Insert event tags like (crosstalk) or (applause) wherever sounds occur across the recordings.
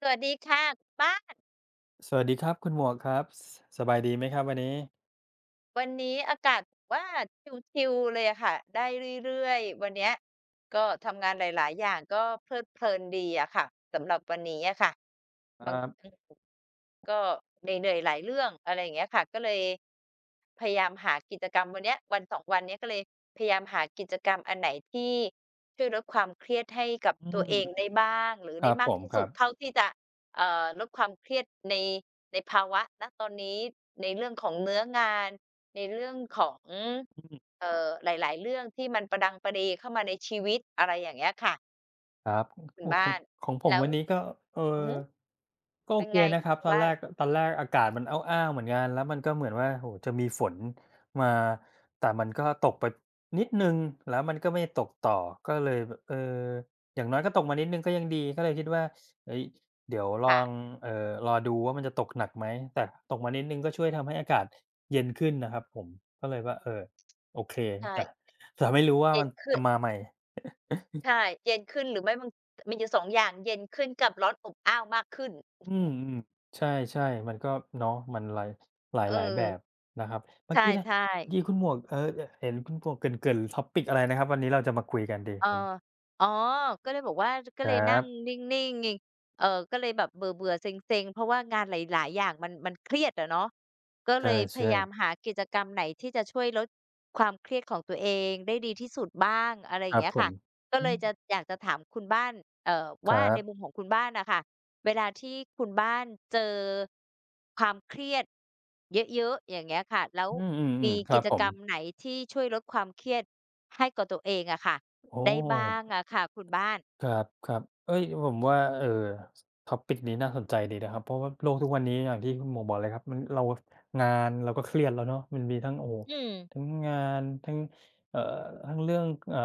สวัสดีค่ะบ้าน สวัสดีครับคุณหมวกครับสสบายดีไหมครับวันนี้วันนี้อากาศว่าชิลๆเลยอะค่ะได้เรื่อยๆวันเนี้ยก็ทำงานหลายๆอย่างก็เพลิดเพลินดีอะค่ะสำหรับวันนี้อะค่ะคบางรับก็เหนื่อยๆหลายเรื่องอะไรอย่างเงี้ยค่ะก็เลยพยายามหากิจกรรมวันเนี้ยวันสอ2วันเนี้ยก็เลยพยายามหากิจกรรมอันไหนที่ช่วยลดความเครียดให้กับอืตัวเองมได้บ้างหรือคได้รับมาผกมที่คสุรัดบเท่าที่จะเอ่อลดความเครียดในในภาวะณตอนนี้ในเรื่องของเนื้องาน ในเรื่องของอืม เอ่อหลายๆเรื่องที่มันประดังประเดเข้ามาในชีวิตอะไรอย่างเงี้ยค่ะครับคุณโอ้ขอบ้างน ของผมแล้ววันนี้ก็เอออือฮึก็โอเป็นเคไงขนะคองรับคุณตอนบ้าแรนกตอนแรกอากาศมันอ้าวๆเหมือนกันแล้วมันก็เหมือนว่าโอ้โฮจะมีฝนมาแต่มันก็ตกไปนิดหนึ่งแล้วมันก็ไม่ตกต่อก็เลยแบบเอออย่างน้อยก็ตกมานิดหนึ่งก็ยังดีก็เลยคิดว่าเฮ้ยเดี๋ยวลองค่ะเอ่อรอดูว่ามันจะตกหนักไหมแต่ตกมานิดหนึ่งก็ช่วยทำให้อากาศเย็นขึ้นนะครับผมก็เลยว่าเออโอเคแต่ใช่แต่ไม่รู้ว่าเย็มันนขึ้จะนมาใหม่ ใช่เย็นขึ้นหรือไม่บางมีอยู่สองอย่างเย็นขึ้นกับร้อนอบอ้าวมากขึ้นอืมอืมใช่ๆมันก็เนาะมันหลายหลเออายๆแบบนะครับเมื่ใชอกี้นะ่เมื่อกี้ๆ คุณหมวกเห็นคุณหมวกเกริ่นๆ t o p i กอะไรนะครับวันนี้เราจะมาคุยกันดีเออกันอ๋อก็เลยบอกว่าก็คเลยรันั่งบนิ่งๆเองเอ่อก็เลยแบบเบื่อๆเซ็งๆเพราะว่างานหลายๆอย่างมันเครียดอะเนาะก็เลยพยาใช่ยามหากิจกรรมไหนที่จะช่วยลดความเครียดของตัวเองได้ดีที่สุดบ้างอะไรอๆคย่างรับเงี้ยผมค่ะก็อืเลยมจะอยากจะถามคุณบ้านคว่ารัในมุมบของคุณบ้านน่ะค่ะเวลาที่คุณบ้านเจอความเครียดเยอะๆอย่างเงี้ยค่ะแล้วอืมอืมีๆครักิบจผกมรรมไหนที่ช่วยลดความเครียดให้กับตัวเองอะค่ะ โอ้ ได้บ้างอะค่ะคุณบ้านครับครับเอ้ยผมว่าเออท็ o ปิกนี้น่าสนใจดีนะครับเพราะว่าโลกทุกวันนี้อย่างที่คุณหมวกบอกเลยครับมันเรางานเราก็เครียดแล้วเนาะมันมีทั้งโอ้โหอืม ทั้งงานทั้งเอ่อทั้งเรื่องเอ่อ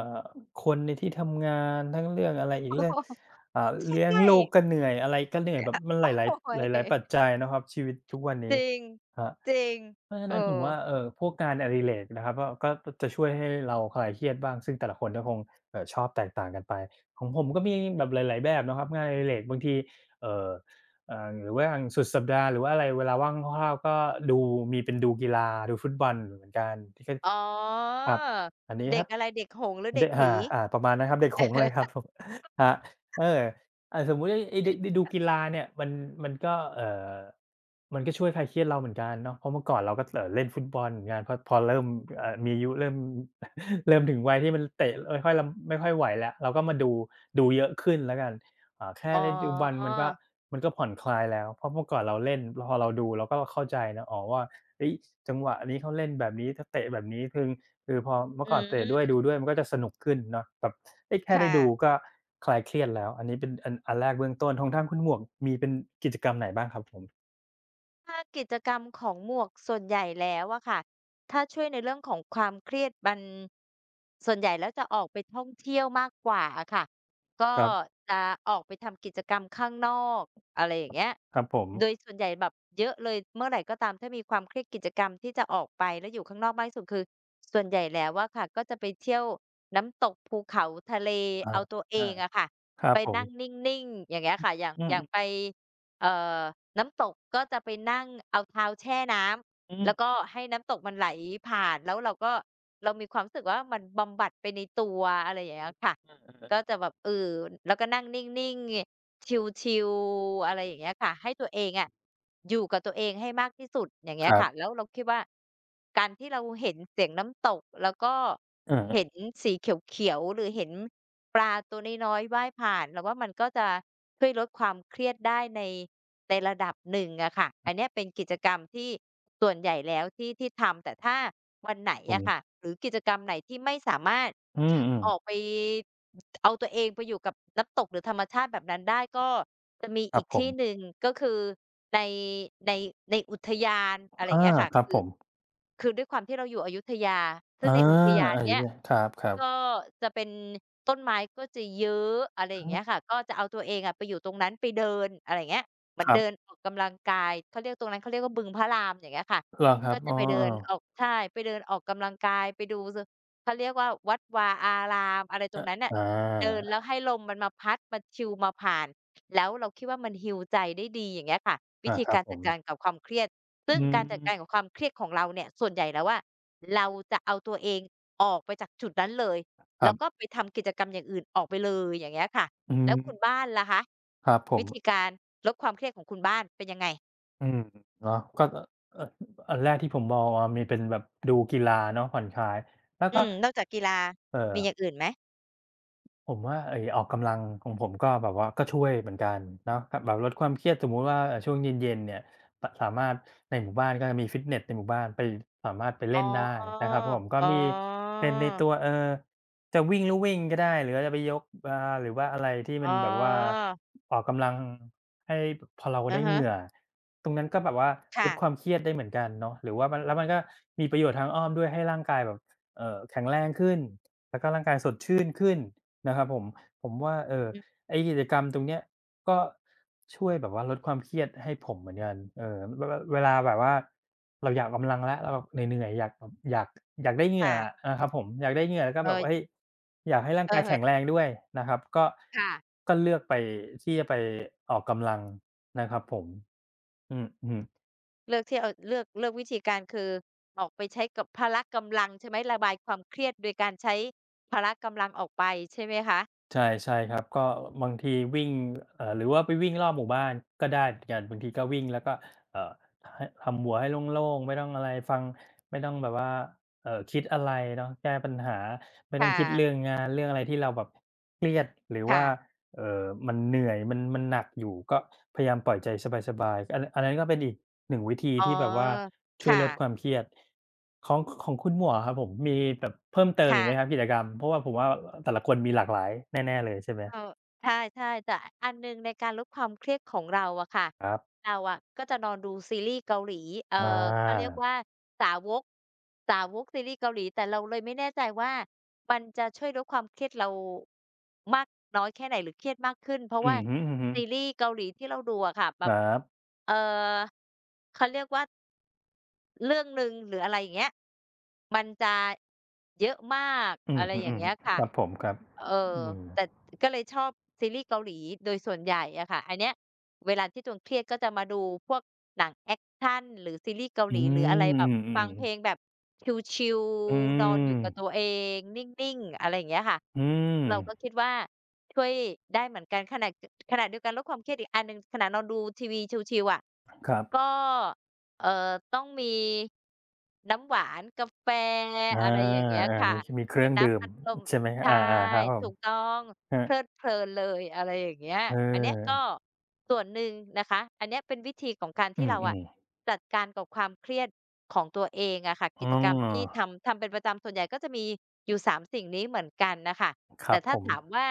คนในที่ทำงานทั้งเรื่องอะไร (laughs) อีกโอ้เรื่องโฮอ่าเลี้ยงใช่ลูกก็เหนื่อยอะไรก็เหนื่อยแบบมันหโอ้ลาโฮยๆหลายๆปัจจัยนะครับชีวิตทุกวันนี้จริงฮะจริงเพราะฉะเอนั้นผมอว่าเออพวกงานอดิเรกนะครับก็จะช่วยให้เราคลายเครียดบ้างซึ่งแต่ละคนก็คงชอบแตกต่างกันไป ของผมก็มีแบบหลายๆแบบเนาะครับงานอดิเรกบางทีเอ่ออ่าหรือว่าอย่างสุดสัปดาห์หรือว่าอะไรเวลาว่างคร่าวๆก็ดูมีเป็นดูกีฬาดูฟุตบอลอยู่เหมือนกันที่ก็อ๋อ ครับอันนี้เด็กถ้า อะไรเด็กหงส์หรือเด็กเดะอาผี อาประมาณนั้นครับเด็กหงส์เลยครับผม (laughs) ครับเอออาสมมุติไอ้ไอ้ดได้ดูกีฬาเนี่ยมันมันก็เอ่อมันก็ช่วยคลายเครียดเราเหมือนกันเนาะเพราะเมื่อก่อนเราก็เล่นฟุตบอลเหมือนกันพอพอเริ่มมีอายุเริ่ม (laughs) เริ่มถึงวัยที่มันเตะไม่ค่อยลำไม่ค่อยไหวแล้วเราก็มาดูดูเยอะขึ้นแล้วกันอ่าแค่อ๋ได้ดูบอลมัอนก็มันก็ผ่อนคลายแล้วเพราะเมื่อก่อนเราเล่นพอเราดูเราก็เข้าใจนะอ๋อว่าเฮ้ยจังหวะนี้เขาเล่นแบบนี้ถ้าเตะแบบนี้ถึง คือพอเมื่อือก่อนเตะด้วยมดูด้วยมันก็จะสนุกขึ้นเนาะแบบเอ้ยแค่ได้ค่ะ ดูก็คลายเครียดแล้วอันนี้เป็นอันอันแรกเบื้องต้นของทางคุณหมวกมีเป็นกิจกรรมไหนบ้างครับผมถ้ากิจกรรมของหมวกส่วนใหญ่แล้วอะค่ะถ้าช่วยในเรื่องของความเครียดมันส่วนใหญ่แล้วจะออกไปท่องเที่ยวมากกว่าอะค่ะก็ครับจะออกไปทำกิจกรรมข้างนอกอะไรอย่างเงี้ยครับผมโดยส่วนใหญ่แบบเยอะเลยเมื่อไหร่ก็ตามถ้ามีความเครียดกิจกรรมที่จะออกไปแล้วอยู่ข้างนอกมากที่สุดคือส่วนใหญ่แล้วอะค่ะก็จะไปเที่ยวน้ำตกภูเขาทะเลอาเอาตัวเออางอะค่ะครัไปบผนั่งมนิ่งๆอย่างเงี้ยค่ะอย่างอือย่างไป มเอ่อน้ำตกก็จะไปนั่งเอาเท้าแช่น้อืำแล้วก็มให้น้ำตกมันไหลผ่านแล้วเราก็เรามีความรู้สึกว่ามันบำบัดไปในตัวอะไรอย่างเงี้ยค่ะอืมก็จะแบบเออแล้วก็นั่งนิ่งๆชิลๆอะไรอย่างเงี้ยค่ะให้ตัวเองอะอยู่กับตัวเองให้มากที่สุดอย่างเงี้คยรัค่ะบแล้วเราคิดว่าการที่เราเห็นเสียงน้ำตกแล้วก็เห็นเออสีเขียวๆหรือเห็น ปลาตัวน้อยๆว่ายผ่านเราว่ามันก็จะช่วยลดความเครียดได้ในระดับหนึ่งอะค่ะอันเนี้ยเป็นกิจกรรมที่ส่วนใหญ่แล้วที่ที่ทำแต่ถ้าวันไหนผมอะค่ะหรือกิจกรรมไหนที่ไม่สามารถอืออกมไปเอาตัวเองไปอยู่กับน้ำตกหรือธรรมชาติแบบนั้นได้ก็ จะมีๆคอีรับกผที่มหนึ่งก็คือในในในอุทยานอะไรอย่างอาเงี้ยค่ะครับคือผมคือด้วยความที่เราอยู่อยุธยาซึ่อางในอุทยานไอ้เนี้ยเนี่ยครับก็ๆจะเป็นต้นไม้ก็จะเยอะอะไรอย่างอืเงี้ยมค่ะก็จะเอาตัวเองอะไปอยู่ตรงนั้นไปเดินอะไรอย่างเงี้ยเหมือคนรัเดินบออกกำลังกายเขาเรียกตรงนั้นเขาเรียกว่าบึงพระรามอย่างเงี้ยค่ะเหรอครัก็บจะอ้อไปเดินออกๆใช่ไปเดินออกกำลังกายไปดูสเขาเรียกว่าวัดวาอารามอะไรตอรงนั้นน่ะอาเดินแล้วให้ลมมันมาพัดมาชิลมาผ่าน แล้วเราคิดว่ามัน heal ใจได้ดีอย่างเงี้ยค่ะวิอาธีครักาบรผจัดมการกับความเครียดซึ่งอืการจัดการกับมความเครียดของเราเนี่ยส่วนใหญ่แล้วอะเราจะเอาตัวเองออกไปจากจุดนั้นเลยคแล้รัวก็บไปทำกิจกรรมอย่างอื่นออกไปเลยอย่างเงี้ยค่ะอืแล้วคุณบ้ามนล่ะคะครับผวิม ธีการลดความเครียดของคุณบ้านเป็นยังไงอืมเนาะก็เอ่ออันแรกที่ผมมองอามีเป็นแบบดูกีฬาเนาะผ่อนคลายแล้วอืก็มนอกจากกีฬาเอ่อ มีอย่างอื่นไหมผมว่าไอ้ออกกำลังของผมก็แบบว่าก็ช่วยเหมือนกันเนาะครับแบบลดความเครียดสมมุติว่าช่วงเย็นๆเนี่ยปะสามารถในหมู่บ้านก็จะมีฟิตเนสในหมู่บ้านไปสามารถไปอ๋อเล่นได้นะครับผมก็อ๋อมีเป็นในตัวเออจะวิ่งลู่วิ่งก็ได้หรือว่าจะไปยกอ่าหรือว่าอะไรที่อ๋มัอนแบบว่าออกกำลังให้พอเราอะได้เหฮะงื่อตรงนั้นก็แบบว่าลค่ะดความเครียดได้เหมือนกันเนาะหรือว่ามันแล้วมันก็มีประโยชน์ทางอ้อมด้วยให้ร่างกายแบบเออแข็งแรงขึ้นแล้วก็ร่างกายสดชื่นขึ้น นะครับผมผมว่าเอออืมไอ้กิจกรรมตรงเนี้ยก็ช่วยแบบว่าลดความเครียดให้ผมเหมือนกันเออเวลาเวลาแบบว่าเราอยากออกกำลังแล้วเราแบบเหนื่อยๆอยากแบบอยากได้เหงื่ออะค่ะนะครับผมอยากได้เหงื่อแล้วก็เอแบบเฮ้ยออยากให้ร่างกาอะยฮะแข็งแรงด้วยนะครับก็ค่ะ ก็เลือกไปที่จะไปออกกำลังนะครับผมอือฮึ เลือกที่เอาเลือกวิธีการคือออกไปใช้กับพละกำลังใช่ไหมระบายความเครียดโดยการใช้พละกำลังออกไปใช่ไหมคะ ใช่ใช่ครับก็บางทีวิ่งหรือว่าไปวิ่งรอบหมู่บ้านก็ได้เหมือนกันบางทีก็วิ่งแล้วก็เอ่อให้ทำหัวให้โล่งๆไม่ต้องอะไรฟังไม่ต้องแบบว่าคิดอะไรเนาะแก้ปัญหาไม่ต้องค่ะ คิดเรื่องงานเรื่องอะไรที่เราแบบเครียดหรือว่าค่ะ เอ่อมันเหนื่อยมันมันหนักอยู่ก็พยายามปล่อยใจสบายๆอันอันนั้นก็เป็นอีก หนึ่งวิธีอ๋อ ที่แบบว่าช่วยลดควาค่ะ มเครียดของของคุณหมวกอะครับผมมีแบบเพิ่มเติมอีค่ะ กไหมครับกิจกรรมเพราะว่าผมว่าอแต่ละคนมีหลากหลายแน่ๆเลยใช่ไหมเออใช่ๆแต่อันหนึ่งในการลดความเครียดของเราอะค่ะครับเราอะก็จะนอนดูซีรีส์เกาหลีเอ่ออาเขาเรียกว่าสาวกสาวกซีรีส์เกาหลีแต่เราเลยไม่แน่ใจว่ามันจะช่วยลดความเครียดเรามากน้อยแค่ไหนหรือเครียดมากขึ้นเพราะอืว่าอฮึซีๆรีส์เกาหลีที่เราดูอะค่ะแบคบรับเอ่อเขาเรียกว่า เรื่องหนึ่งหรืออะไรอย่างเงี้ยมันจะเยอะมากอือะอไรฮึอย่างเงี้ยๆค่ะครับผมครับเอออืมแต่ก็เลยชอบซีรีส์เกาหลีโดยส่วนใหญ่อะค่ะอันเนี้ยเวลาที่ตัวเองเครียดก็จะมาดูพวกหนังแอกชันหรือซีรีส์เกาหอืลีหรืออะไรแบบมอืฟัมงเพลๆงแบบชิลอืๆนอนอมยู่กับตัวเองนิ่งๆอะไรอย่างเงี้ยค่ะอืมเราก็คิดว่าช่วยได้เหมือนกันขณะเดียวกันลดความเครียดอีกอันหนึ่งขณะเราดูทีวีชิลๆอะครับก็ เอ่อต้องมีน้ำหวานกาแฟอาอะไรอย่างเงี้ยอาค่ะมีมีเคหรืรื่อองดื่น้ำมอัดลมใช่ไหมใช่อาๆครับผถูมกต้องครัเพบลิดเพลินเลยอะไรอย่างเงี้ยเอันเนี้ยก็ออส่วนหนึ่งนะคะอันเนี้ยเป็นวิธีของการอืที่เราอะมจัดการกับความเครียดของตัวเองอะค่ะๆอ๋กิจกรรมที่อทำทำเป็นประจำส่วนใหญ่ก็จะมีอยู่3สิ่งนี้เหมือนกันน่ะค่ะครัแต่บถ้าผมถามว่า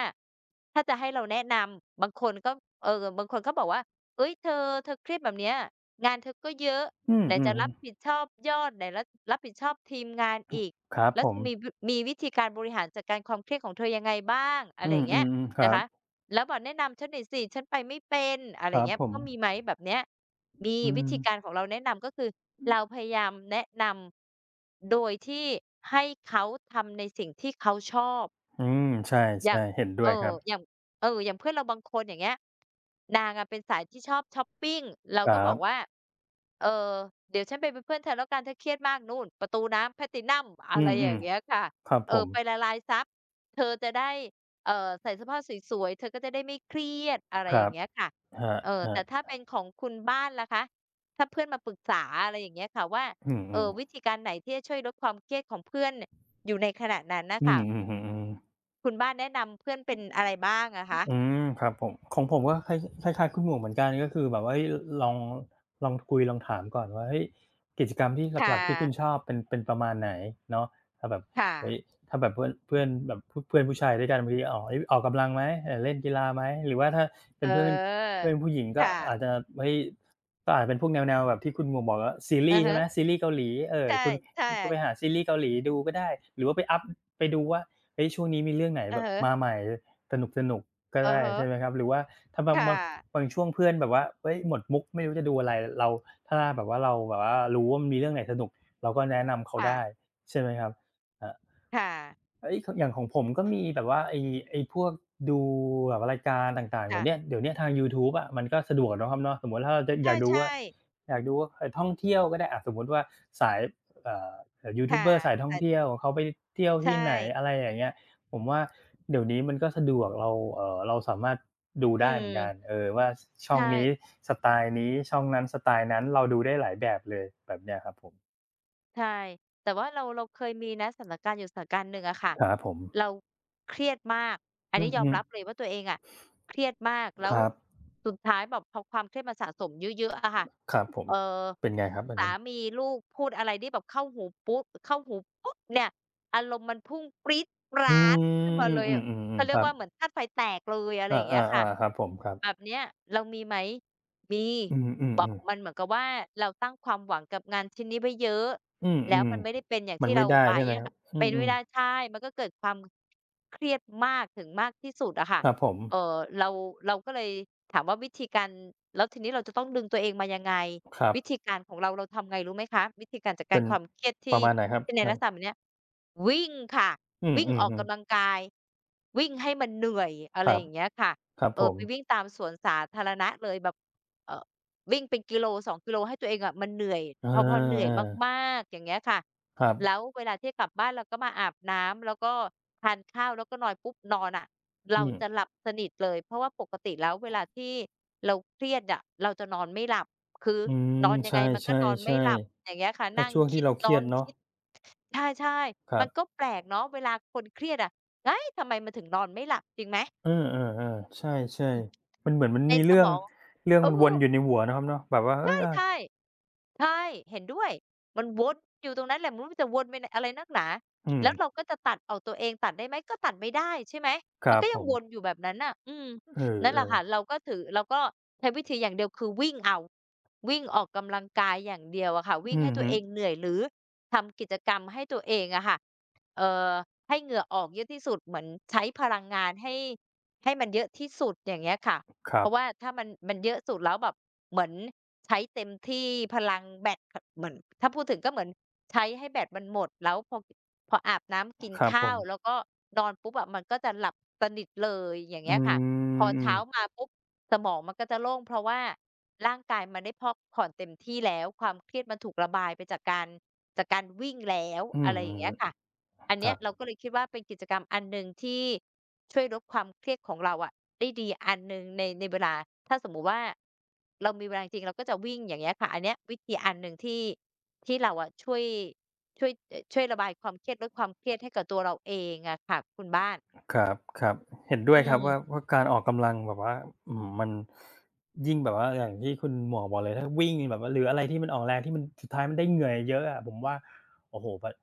ถ้าจะให้เราแนะนำบางคนก็บางคนก็บอกว่าเฮ้ยเธอเครียดแบบเนี้ยงานเธอก็เยอะ อืมไหนจะรับผิดชอบยอดไหนรับผิดชอบทีมงานอีกๆครับแล้วผจะม มีวิธีการบริหารจัดการความเครียดของเธอยังไงบ้างอะอืไรอมย่างอืเงี้ยมอืมครันะบคะแล้วบอกแนะนำฉันหน่อยสิฉันไปไม่เป็นอะไรคอรัย่างบเงี้ยผมก็มีไหมแบบเนี้ยมีอืวิมธีการของเราแนะนำก็คือเราพยายามแนะนำโดยที่ให้เขาทำในสิ่งที่เขาชอบ อืมใช่อย่างๆเห็นด้เออวยครับอย่างอย่างเพื่อนเราบางคนอย่างเงี้ยนางอะเป็นสายที่ชอบช็อปปิงเราคก็รับอบกว่าเออเดี๋ยวฉันไปเป็นเพื่อนเธอแล้วกันเธอเครียดมากนู่นประตูน้ำแพลทินัมอะอืไรอย่ามงเงี้ยค่ะๆครับเอผอมไปละลายทรัพย์เธอจะได้เอ่อใส่เสื้อผ้าสวยๆเธอก็จะได้ไม่เครียดอะไรคอรัย่างบเงี้ยค่ะครับเออครัแต่ถ้าบเป็นของคุณบ้านล่ะคะถ้าเพื่อนมาปรึกษาอะไรอย่างเงี้ยค่ะว่าอืเออวิมธีการไหนที่จะช่วยลดความเครียดของเพื่อนอยู่ในขณะนั้นน่ะๆอืค่ะ มอืออืม คุณบ้านแนะนำเพื่อนเป็นอะไรบ้างอะคะอืมครับผมของผมก็คล้ายคล้ายๆคุณหมวกเหมือนกันก็คือแบบว่าเฮ้ยลองลองคุยลองถามก่อนว่าเฮ้ยกิจกรรมที่หค่ะลักๆที่คุณชอบเป็นเป็นประมาณไหนเนาะถ้าแบบค่ะเฮ้ยถ้าแบบเพื่อนเพื่อนแบบพเพื่อนผู้ชายด้วยกันบางทีอ๋อเฮ้ยออกกำลังไหมเล่นกีฬาไหมหรือว่าถ้าเป็เอนเพื่อนอเพื่อนผู้หญิงคก็อาจจะ่ะเฮ้ยก็อาจจะเป็นพวกแนวๆแบบที่คุณหมวกบอกว่าซีรีอะส์ใช่ฮะไหมซีรีส์เกาหลีใช่คุณใช่ก็ไปหาซีรีส์เกาหลีดูก็ได้หรือว่าไปอัปไปดูว่าเฮ้ยช่วงนี้มีเรื่องไหนอะแบบฮะมาใหม่สนุกๆ ก็อะได้ฮะใช่ไหมครับหรือว่าถ้าบางค่ะบางบางช่วงเพื่อนแบบว่าเฮ้ยหมดมุกไม่รู้จะดูอะไรเราถ้าแบบว่าเราแบบว่ารู้ว่ามันมีเรื่องไหนสนุกเราก็แนะนำเขาค่ะได้ใช่ไหมครับอา ค่ะเอ้ยขอย่างของผมก็มีแบบว่าไอ้ไอ้พวกดูแบบรายการต่างๆแบบเนี้ยคเดี๋ยวเนี้ยทางยูทูบอะมันก็สะดวกเนาะครับเนาะสมมุติถ้าเราจะอ่ะยากดูว่าใช่ๆอยากดูว่าท่องเที่ยวก็ได้อะสมมุติว่าสายเอ่อยูทูบค่ะเบอร์สายท่อแต่งเที่ยวเขาไปเที่ยวที่ใช่ไหนอะไรอย่างเงี้ยผมว่าเดี๋ยวนี้มันก็สะดวกเราเราสามารถดูอืได้เหมือนกันมเออว่าชช่องใช่ นี้สไตล์นี้ช่องนั้นสไตล์นั้นเราดูได้หลายแบบเลยแบบเนี้ยครับผมใช่แต่ว่าเราเคยมีนะสถานการณ์อยู่สถานการณ์หนึ่งอะค่ะ ครับผมเราเครียดมากอันอืนี้อยอมฮึรับเลยว่าตัวเองอะเครียดมากแล้ควรับสุดท้ายแบบพอความเครียดมันสะสมเยอะๆอะค่ะครับผมเอ่อเป็นไงครับอันสานี้ มีลูกพูดอะไรที่แบบเข้าหูปุ๊บเข้าหูปุ๊บเนี่ยอารมณ์มันพุ่งปรี๊ดปอืร้าดขึ้มนมาอืเลยอะมเขาๆๆๆเรีคยกรับว่าเหมือนธาตุไฟแตกเลยอะไรออย่างเงี้ยค่ะาๆๆครับผมครับแบบเนี้ยเรามีไหมมีอืมแบบๆมันๆเหมือนกับว่าเราตั้งความหวังกับงานชิ้นนี้ไว้เยอะ อืแล้วมมันไม่ได้เป็นอย่างๆมัที่นไม่เราได้ไว้ใช่ไหมอะครับค่ะเป็นอืไม่มได้ใช่มันก็เกิดความเครียดมากถึงมากที่สุดอะค่ะๆครับผมเอ่อเราเราก็เลยถามว่าวิธีการแล้วทีนี้เราจะต้องดึงตัวเองมายังไงครับวิธีการของเราเราทำไงรู้ไหมคะวิธีการจัดกาเป็รนความเครียดปที่ระมาณไหนครับที่ในคลัรับกษณะแบบเนี้ยวิ่งค่ะอืวิ่งอมอกกำลังๆๆกายวิ่งให้มันเหนื่อยอะคไรรัอบย่างเงี้ยค่ะครับเออผมไปวิ่งตามสวนสาธารณะเลยแบบเอ่อ วิ่งเป็นกิโลสองกิโลให้ตัวเองอะมันเหนื่อยอาพอเหนื่อยมาๆกๆอย่างเงี้ยค่ะครัแล้วบเวลาที่กลับบ้านเราก็มาอาบน้ำแล้วก็ทานข้าวแล้วก็นอนปุ๊บนอนอะอืเราจะหลัมบสนิทเลยเพราะว่าปกติแล้วเวลาที่เราเครียดอะเราจะนอนไม่หลับคืออืนมอนยัใชงไงมันก็นอนไม่่หลับๆอย่างเงี้ยค่ะๆถ้านั่งช่วงคิที่ดเราเคนอรียดนเนาะคิดใช่คๆรัมันบก็แปลกเนาะเวลาคนเครียดอะเฮ้ยทำไมมันถึงนอนไม่หลับจริงไหมเออๆๆใช่อืมๆมันเหมือนมันในมีสเรื่อมงองเรื่องเออ มันวนอยู่ในหัวเนาะครับเนาะแบบว่าเฮ้ใช่ยอาใช่ใช่เห็นด้วยมันวนอยู่ตรงนั้นแหละไม่รู้มันจะวนไปไหนอะไรนักหนาอืมแล้วเราก็จะตัดออกตัวเองตัดได้ไหมก็ตัดไม่ได้ใช่ไหมคมันรับก็ผยังมวนอยู่แบบนั้นน่ะอืมเนั่นแหละค่ะออเราก็ถือเราก็ใช้วิธีอย่างเดียวคือวิ่งเอาวิ่งออกกำลังกายอย่างเดียวอะค่ะๆวิ่งอืให้อตัวฮึเองเหนื่อยหรือทำกิจกรรมให้ตัวเองอะค่ะเอ่อให้เหงื่อออกเยอะที่สุดเหมือนใช้พลังงานให้มันเยอะที่สุดอย่างเงี้ยค่ะ คเพรับ ราะว่าถ้ามันเยอะสุดแล้วแบบเหมือนใช้เต็มที่พลังแบตขเหมือนถ้าพูดถึงก็เหมือนใช้ให้แบตมันหมดแล้วพออาบน้ำกินครับผข้ามวแล้วก็นอนปุ๊บอะมันก็จะหลับสนิทเลยอย่างอืเงี้ยค่ะพอมอืเช้ามาอปุ๊บสมองมันก็จะโล่งเพราะว่าร่างกายมันได้พักผ่อนเต็มที่แล้วความเครียดมันถูกระบายไปจากการวิ่งแล้วอือะมไรอย่างเงี้ยค่ะอันคเนี้รัยบ เราก็เลยคิดว่าเป็นกิจกรรมอันหนึ่งที่ ช่วยลดความเครียดของเราอะได้ดีอันหนึ่งในเวลาถ้าสมมุติว่าเรามีเวลาจริงๆเราก็จะวิ่งอย่างเงี้ยค่ะอันเนี้ยวิธีอันหนึ่งที่เราอะช่วยช่วยระบายความเครียดลดความเครียดให้กับตัวเราเองอะค่ะคุณบ้านครับครับเห็นด้อืวยครับว่ามว่าการออกกำลังแบบว่าอืมมันยิ่งแบบว่าอย่างที่คุณหมวกบอกเลยถ้าวิ่งแบบว่าหรืออะไรที่มันออกแรงที่มันสุดท้ายมันได้เหงื่อเยอะอะผมว่าโอ้โหแบบ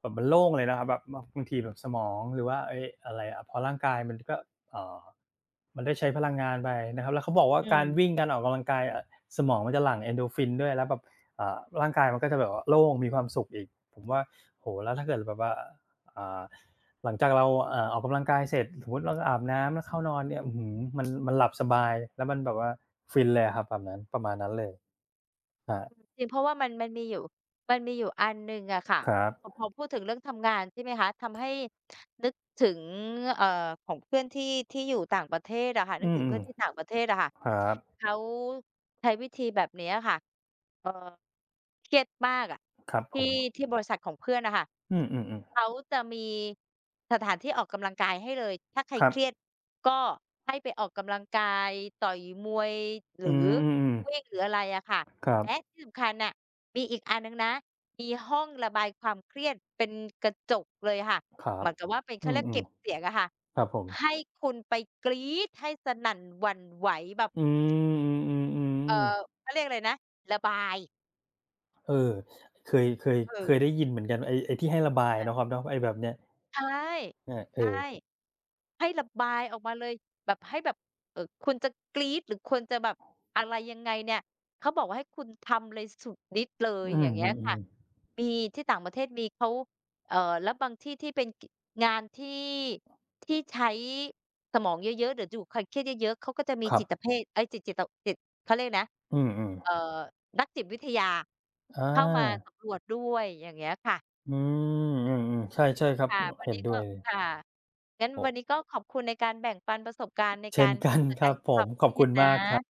แบบมันโล่งเลยนะครับแบบบางทีแบบสมองหรือว่าเอยอะไรอะพอร่างกายมันก็เออมันได้ใช้พลังงานไปนะครับแล้วเขาบอกว่าอืการม วิ่งการออกกำลังกายอะสมองมันจะหลั่ง e n นโดรฟินด้วยแล้วแบบเอ่ร่างกายมันก็จะแบบว่าโล่งมีความสุขอีกผมว่าโหแล้วถ้าเกิดแบบว่าอ่า หลังจากเราออกกำลังกายเสร็จสมมุติเราอาบน้ำแล้วเข้านอนเนี่ยอื้อฮือมันมันหลับสบายแล้วมันแบบว่าฟินเลยอะครับแบบนั้นประมาณนั้นเลยครับจริงเพราะว่ามันมีอยู่มันมีอยู่อันหนึ่งอะค่ะครับพอพูดถึงเรื่องทำงานใช่ไหมคะทำให้นึกถึงเอ่อของเพื่อนที่อยู่ต่างประเทศอะค่ะนึอืกถึงเพื่มอนที่ต่างประเทศอะค่ะๆครับเขาใช้วิธีแบบนี้อะค่ะเอ่อเครียดมากอะครับผที่มที่บริษัทของเพื่อนอะค่ะอืมๆเขาจะมีสถานที่ออกกำลังกายให้เลยถ้าใครๆครับเครียดก็ให้ไปออกกำลังกายต่อยมวยหอืรือมวิ่งๆหรืออะไรอะค่ะ ๆครับและที่สำคัญน่ะมีอีกอันหนึ่งนะมีห้องระบายความเครียดเป็นกระจกเลยค่ะครัเหบมือนกับว่าเป็นอืเขาเรียกเก็มบเสียงอะค่ะๆครับผมให้คุณไปกรี๊ดให้สนั่นหวั่นไหวแบบอืเอ่มอๆๆๆเขาเรียกอะไรนะระบายเออเคยเคยเอเคยได้อยินเหมือนกันไอ้ไอ้ที่ให้ระบายเนาะคค่ะรับเนาะไอ้แบบเนี้ยใช่อาเอใช่ อให้ระบายออกมาเลยแบบให้แบบคุณจะกรี๊ดหรือควรจะแบบอะไรยังไงเนี่ยเขาบอกว่าให้คุณทำเลยสุดฤทธิ์เลยอือย่างเงี้ยค่ะมๆๆมีที่ต่างประเทศมีเขาแล้วบางที่ที่เป็นกิงานที่ใช้สมองเยอะๆหรืออยู่กับความเครียดเยอะๆเขาก็จะมีครับจิตเภทเอ๊ยจิตเขาเรียกนะอืเอ่อมนักจิตวิทยาๆอา เข้ามาสำรวจด้วยอย่างเงี้ยค่ะ อืมอือๆใช่ๆครับค่ะวันเห็นนี้ด้ก็วยเลยค่ะงั้นโอ้วันนี้ก็ขอบคุณในการแบ่งปันประสบการณ์ในเช่กานรกันจัดคการัรบกับผความมขเคอบรียคุดณนะมากครับ